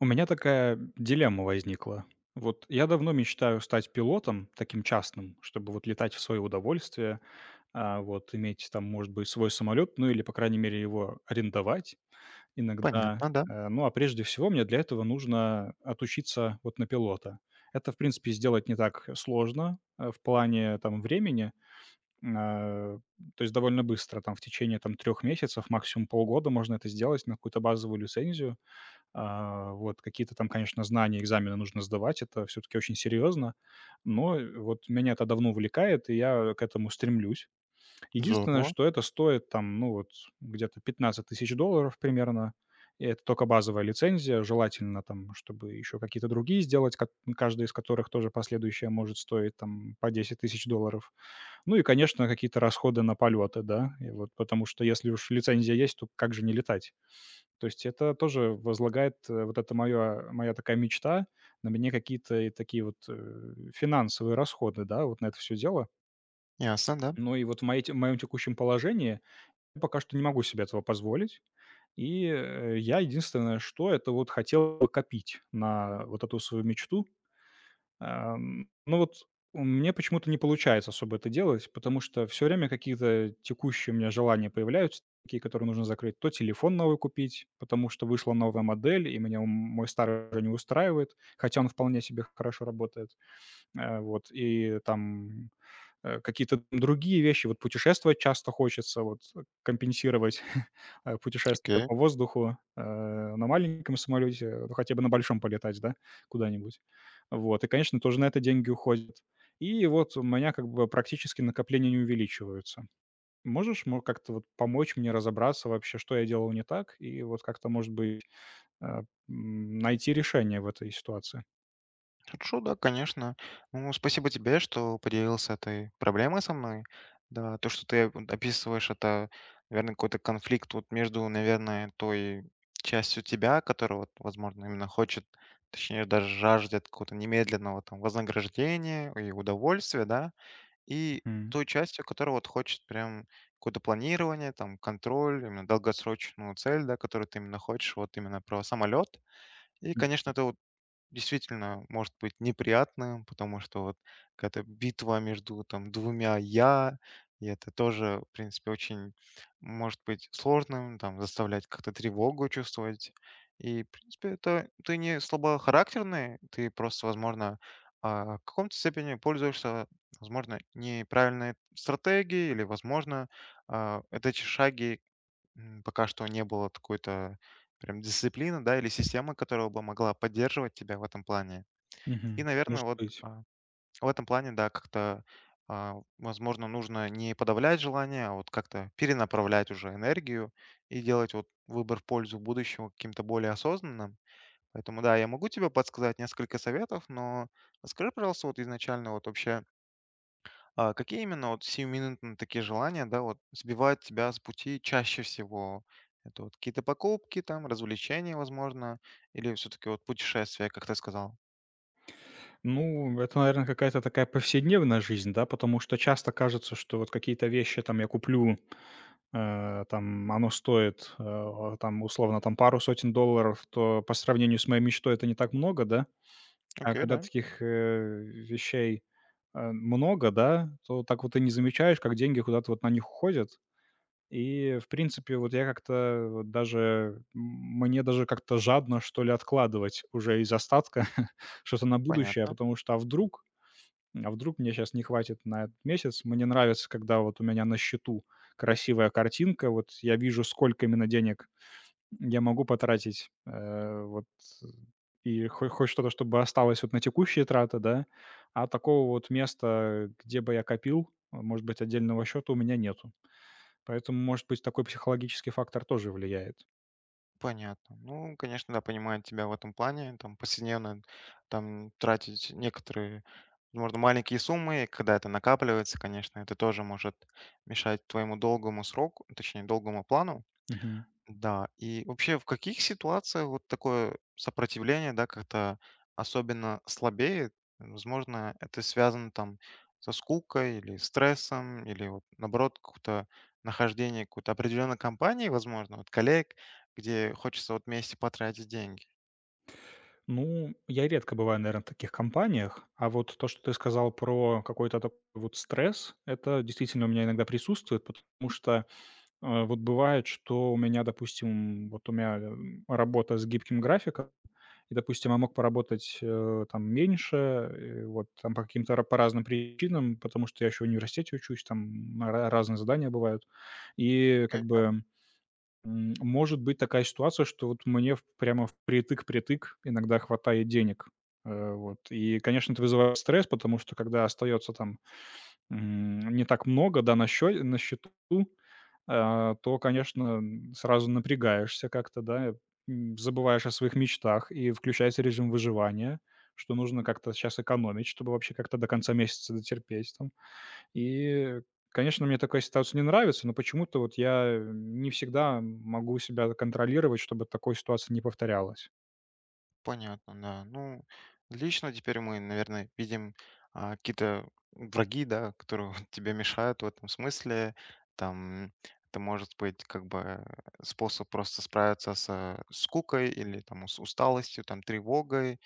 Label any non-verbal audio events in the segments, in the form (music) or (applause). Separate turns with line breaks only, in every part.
У меня такая дилемма возникла. Вот я давно мечтаю стать пилотом, таким частным, чтобы вот летать в свое удовольствие, вот иметь там, может быть, свой самолет, ну или, по крайней мере, его арендовать иногда.
Понятно, да.
Ну а прежде всего мне для этого нужно отучиться вот на пилота. Это, в принципе, сделать не так сложно в плане там времени, а, то есть довольно быстро, там в течение там трех месяцев, максимум полгода можно это сделать на какую-то базовую лицензию. Вот какие-то там, конечно, знания, экзамены нужно сдавать, это все таки очень серьезно, но вот меня это давно увлекает, и я к этому стремлюсь. Единственное,
Здорово.
что это стоит там, ну, вот где-то 15 тысяч долларов примерно, и это только базовая лицензия. Желательно там, чтобы еще какие-то другие сделать, ка каждая из которых тоже последующая может стоить там по 10 тысяч долларов. Ну и, конечно, какие-то расходы на полеты, да, и вот потому что если уж лицензия есть, то как же не летать? То есть это тоже возлагает, вот это моя такая мечта, на мне какие-то и такие вот, финансовые расходы, да, вот на это все дело.
Ясно, да.
Ну и вот в моей те в моем текущем положении я пока что не могу себе этого позволить. Я единственное, что это вот хотел бы копить на вот эту свою мечту. Ну вот мне почему-то не получается особо это делать, потому что все время какие-то текущие у меня желания появляются, такие, которые нужно закрыть. То телефон новый купить, потому что вышла новая модель, и меня мой старый уже не устраивает, хотя он вполне себе хорошо работает. Вот, и там, какие-то другие вещи. Вот путешествовать часто хочется, вот, компенсировать, (laughs) путешествия
Окей.
по воздуху, на маленьком самолете, ну, хотя бы на большом полетать, да, куда-нибудь. Вот, и, конечно, тоже на это деньги уходят. И вот у меня как бы практически накопления не увеличиваются. Можешь, мо как-то вот помочь мне разобраться вообще, что я делал не так, и вот как-то, может быть, э, найти решение в этой ситуации?
Хорошо, да, конечно. Ну, спасибо тебе, что поделился этой проблемой со мной. Да, то, что ты вот описываешь, это, наверное, какой-то конфликт вот между, наверное, той частью тебя, которая, вот, возможно, именно хочет, точнее, даже жаждет какого-то немедленного там вознаграждения и удовольствия, да, и
Мгм.
той частью, которая вот хочет прям какое-то планирование, там, контроль, именно долгосрочную цель, да, которую ты именно хочешь, вот именно про самолет. И, конечно,
Да.
это вот действительно может быть неприятным, потому что вот какая-то битва между там двумя я, и это тоже, в принципе, очень может быть сложным, там заставлять как-то тревогу чувствовать. И, в принципе, это ты не слабохарактерный, ты просто, возможно, в каком-то степени пользуешься, возможно, неправильной стратегией или, возможно, это эти шаги пока что не было такой-то прям дисциплина, да, или система, которая бы могла поддерживать тебя в этом плане. И,
Мгм.
наверное,
Может
вот
быть.
а, в этом плане, да, как-то, возможно, нужно не подавлять желание, а вот как-то перенаправлять уже энергию и делать вот выбор в пользу будущего каким-то более осознанным. Поэтому, да, я могу тебе подсказать несколько советов, но скажи, пожалуйста, вот изначально вот вообще, какие именно вот сиюминутные такие желания, да, вот сбивают тебя с пути чаще всего? Это вот какие-то покупки, там, развлечения, возможно, или все-таки вот путешествия, как ты сказал?
Ну, это, наверное, какая-то такая повседневная жизнь, да, потому что часто кажется, что вот какие-то вещи там я куплю, там оно стоит, там условно там пару сотен долларов, то по сравнению с моей мечтой это не так много, да. А
Окей,
когда
да,
таких вещей много, да, то так вот и не замечаешь, как деньги куда-то вот на них уходят. И, в принципе, вот я как-то вот даже, мне даже как-то жадно, что ли, откладывать уже из остатка (laughs) что-то на будущее,
понятно,
потому что а вдруг мне сейчас не хватит на этот месяц? Мне нравится, когда вот у меня на счету красивая картинка, вот я вижу, сколько именно денег я могу потратить, вот, э, и хо хоть что-то, чтобы осталось вот на текущие траты, да. А такого вот места, где бы я копил, может быть, отдельного счета у меня нету. Поэтому, может быть, такой психологический фактор тоже влияет.
понятно. Ну, конечно, да, понимаю тебя в этом плане, там, повседневно, там, тратить некоторые, возможно, маленькие суммы, и когда это накапливается, конечно, это тоже может мешать твоему долгому сроку, точнее, долгому плану.
Мгм.
Да, и вообще в каких ситуациях вот такое сопротивление, да, как-то особенно слабеет? Возможно, это связано там со скукой или стрессом, или вот наоборот, какое-то нахождение какой-то определенной компании, возможно, вот коллег, где хочется вот вместе потратить деньги.
Ну, я редко бываю, наверное, в таких компаниях, а вот то, что ты сказал про какой-то такой вот стресс, это действительно у меня иногда присутствует, потому что, вот бывает, что у меня, работа с гибким графиком, и, допустим, я мог поработать, там меньше, вот там по каким-то ра по разным причинам, потому что я еще в университете учусь, там ра разные задания бывают. И как бы может быть такая ситуация, что вот мне в прямо впритык-притык иногда хватает денег. И, конечно, это вызывает стресс, потому что когда остается там, не так много, да, на счету, то, конечно, сразу напрягаешься как-то, да, забываешь о своих мечтах, и включается режим выживания, что нужно как-то сейчас экономить, чтобы вообще как-то до конца месяца дотерпеть там. И, конечно, мне такая ситуация не нравится, но почему-то вот я не всегда могу себя контролировать, чтобы такой ситуации не повторялась.
Понятно, да. Ну, лично теперь мы, наверное, видим какие-то враги, да, которые (laughs) вот тебе мешают в этом смысле. Там это может быть как бы способ просто справиться с скукой или там с усталостью, там тревогой.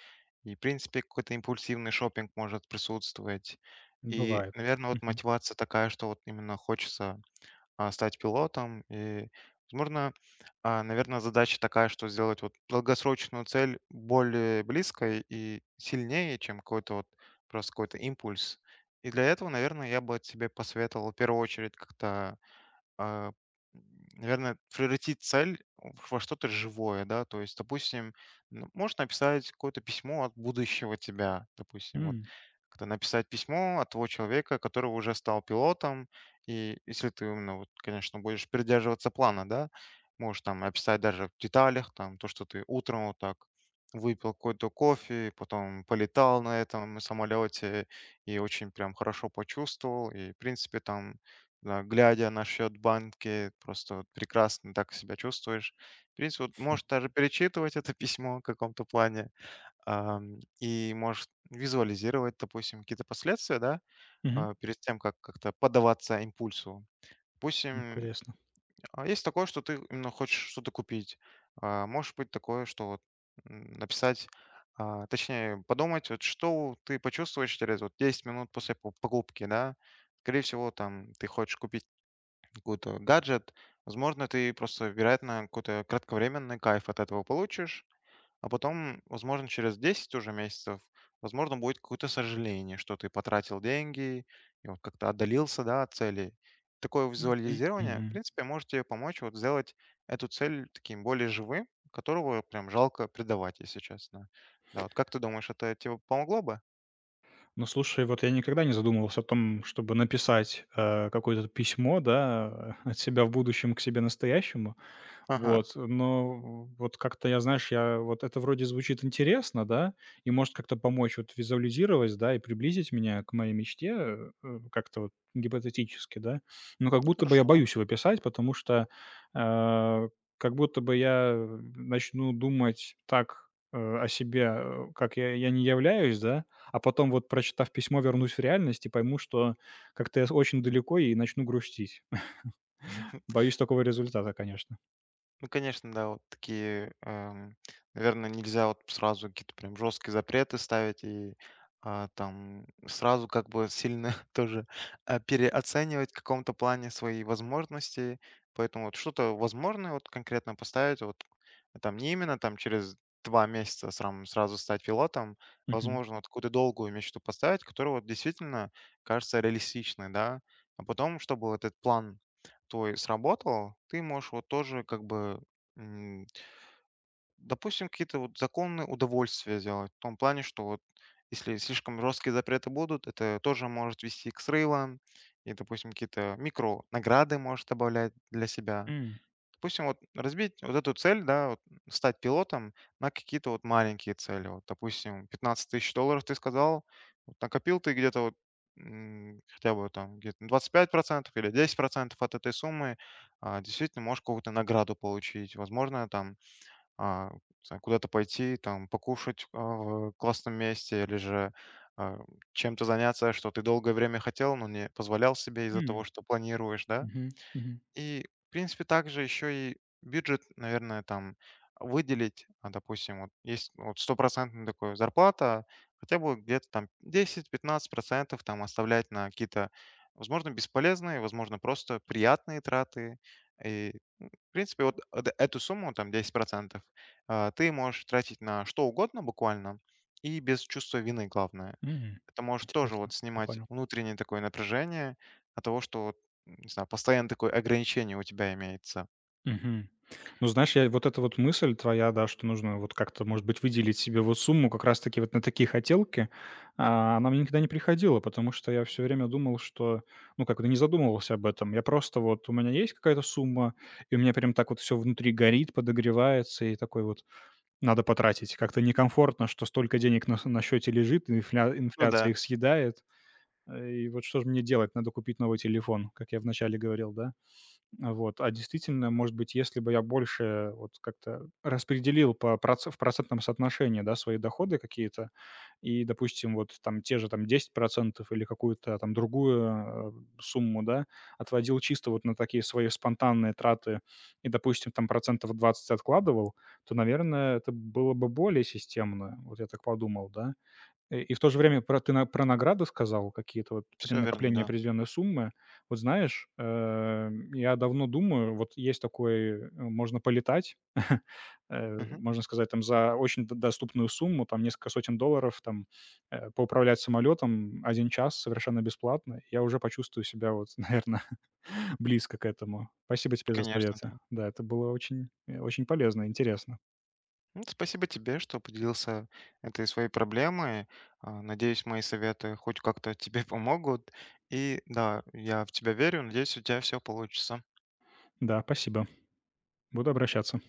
И, в принципе, какой-то импульсивный шопинг может присутствовать. И,
Бывает.
наверное, вот
Мгм.
мотивация такая, что вот именно хочется стать пилотом. И, возможно, наверное, задача такая, что сделать вот долгосрочную цель более близкой и сильнее, чем какой-то вот просто какой-то импульс. И для этого, наверное, я бы тебе посоветовал в первую очередь как-то а, наверное, превратить цель во что-то живое, да, то есть, допустим, ну, можешь написать какое-то письмо от будущего тебя, допустим, вот
М,
как-то написать письмо от того человека, который уже стал пилотом, и если ты именно, вот, конечно, будешь придерживаться плана, да, можешь там описать даже в деталях, там, то, что ты утром вот так выпил какой-то кофе, потом полетал на этом самолете и очень прям хорошо почувствовал, и, в принципе, там да, глядя на счет банки, просто вот прекрасно так себя чувствуешь. В принципе, вот можешь даже перечитывать это (laughs) письмо в каком-то плане, и можешь визуализировать, допустим, какие-то последствия, да,
мгм.
перед тем, как как-то поддаваться импульсу. Допустим,
Интересно.
есть такое, что ты именно хочешь что-то купить. А, Может быть такое, что вот написать, точнее, подумать, вот что ты почувствуешь через вот 10 минут после покупки, да. Скорее всего, там ты хочешь купить какой-то гаджет. Возможно, ты просто, вероятно, какой-то кратковременный кайф от этого получишь, а потом, возможно, через 10 уже месяцев, возможно, будет какое-то сожаление, что ты потратил деньги и вот как-то отдалился, да, от цели. Такое визуализирование, в
Мгм.
принципе, может тебе помочь вот сделать эту цель таким более живым, которого прям жалко предавать, если честно. Да, вот как ты думаешь, это тебе помогло бы?
Ну, слушай, вот я никогда не задумывался о том, чтобы написать, какое-то письмо, да, (laughs) от себя в будущем к себе настоящему.
Ага,
Вот, но вот как-то я, знаешь, я вот это вроде звучит интересно, да, и может как-то помочь вот визуализировать, да, и приблизить меня к моей мечте как-то вот гипотетически, да. Но как будто бы я
хорошо,
боюсь его писать, потому что э, как будто бы я начну думать так о себе, как я не являюсь, да, а потом вот прочитав письмо, вернусь в реальность и пойму, что как-то я очень далеко и начну грустить. (laughs)
да.
Боюсь такого результата, конечно.
Ну, конечно, да, вот такие, наверное, нельзя вот сразу какие-то прям жесткие запреты ставить и там сразу как бы сильно (laughs) тоже переоценивать в каком-то плане свои возможности. Поэтому вот что-то возможное вот конкретно поставить, вот там не именно там через 2 месяца сразу стать пилотом,
Мгм.
возможно, вот какую-то долгую мечту поставить, которая вот действительно кажется реалистичной, да, а потом, чтобы вот этот план твой сработал, ты можешь вот тоже как бы, м, допустим, какие-то вот законные удовольствия делать. В том плане, что вот если слишком жесткие запреты будут, это тоже может вести к срывам. И, допустим, какие-то микро награды можешь добавлять для себя.
М.
Допустим, вот разбить вот эту цель, да, вот стать пилотом на какие-то вот маленькие цели. Вот, допустим, 15 тысяч долларов ты сказал, вот накопил ты где-то вот хотя бы там где-то 25% или 10% от этой суммы, действительно можешь какую-то награду получить. Возможно, там не знаю, куда-то пойти, там покушать в классном месте или же а, чем-то заняться, что ты долгое время хотел, но не позволял себе из-за
М,
того, что планируешь, да?
мгм, мгм,
И, в принципе, также еще и бюджет, наверное, там выделить, допустим, вот есть ну, вот стопроцентная такая зарплата, хотя бы вот где-то там 10–15% там оставлять на какие-то, возможно, бесполезные, возможно, просто приятные траты. И в принципе, вот эту сумму, там 10%, ты можешь тратить на что угодно буквально и без чувства вины, главное.
м.
Это может тоже вот
Интересно, я
снимать
понял.
внутреннее такое напряжение от того, что, вот, не знаю, постоянно такое ограничение у тебя имеется.
Мгм. Ну, знаешь, я вот эта вот мысль твоя, да, что нужно вот как-то, может быть, выделить себе вот сумму как раз-таки вот на такие хотелки, она мне никогда не приходила, потому что я все время думал, что, ну, как-то не задумывался об этом. Я просто вот у меня есть какая-то сумма, и у меня прям так вот все внутри горит, подогревается, и такой вот: "Надо потратить". Как-то некомфортно, что столько денег на счёте лежит, и
Ну
инфляция
да,
их съедает. И вот что же мне делать? Надо купить новый телефон, как я вначале говорил, да? А действительно, может быть, если бы я больше вот как-то распределил по проц в процентном соотношении, да, свои доходы какие-то и, допустим, вот там те же там десять процентов или какую-то там другую, сумму, да, отводил чисто вот на такие свои спонтанные траты и, допустим, там 20% откладывал, то, наверное, это было бы более системно. Вот я так подумал, да? И в то же время про ты на про награды сказал, какие-то вот при
все верно,
накоплении
да.
определенной суммы. Вот знаешь, я давно думаю, вот есть такой, можно полетать, (laughs)
Мгм.
можно сказать, там за очень д доступную сумму, там несколько сотен долларов, там, поуправлять самолетом 1 час совершенно бесплатно. Я уже почувствую себя вот, (laughs) наверное (laughs) близко к этому. Спасибо
Ну,
тебе за
конечно,
советы.
да.
Да, это было очень, очень полезно, интересно.
Ну, спасибо тебе, что поделился этой своей проблемой. А, Надеюсь, мои советы хоть как-то тебе (laughs) помогут. И да, я в тебя верю. Надеюсь, у тебя все получится.
Да, спасибо. Буду обращаться.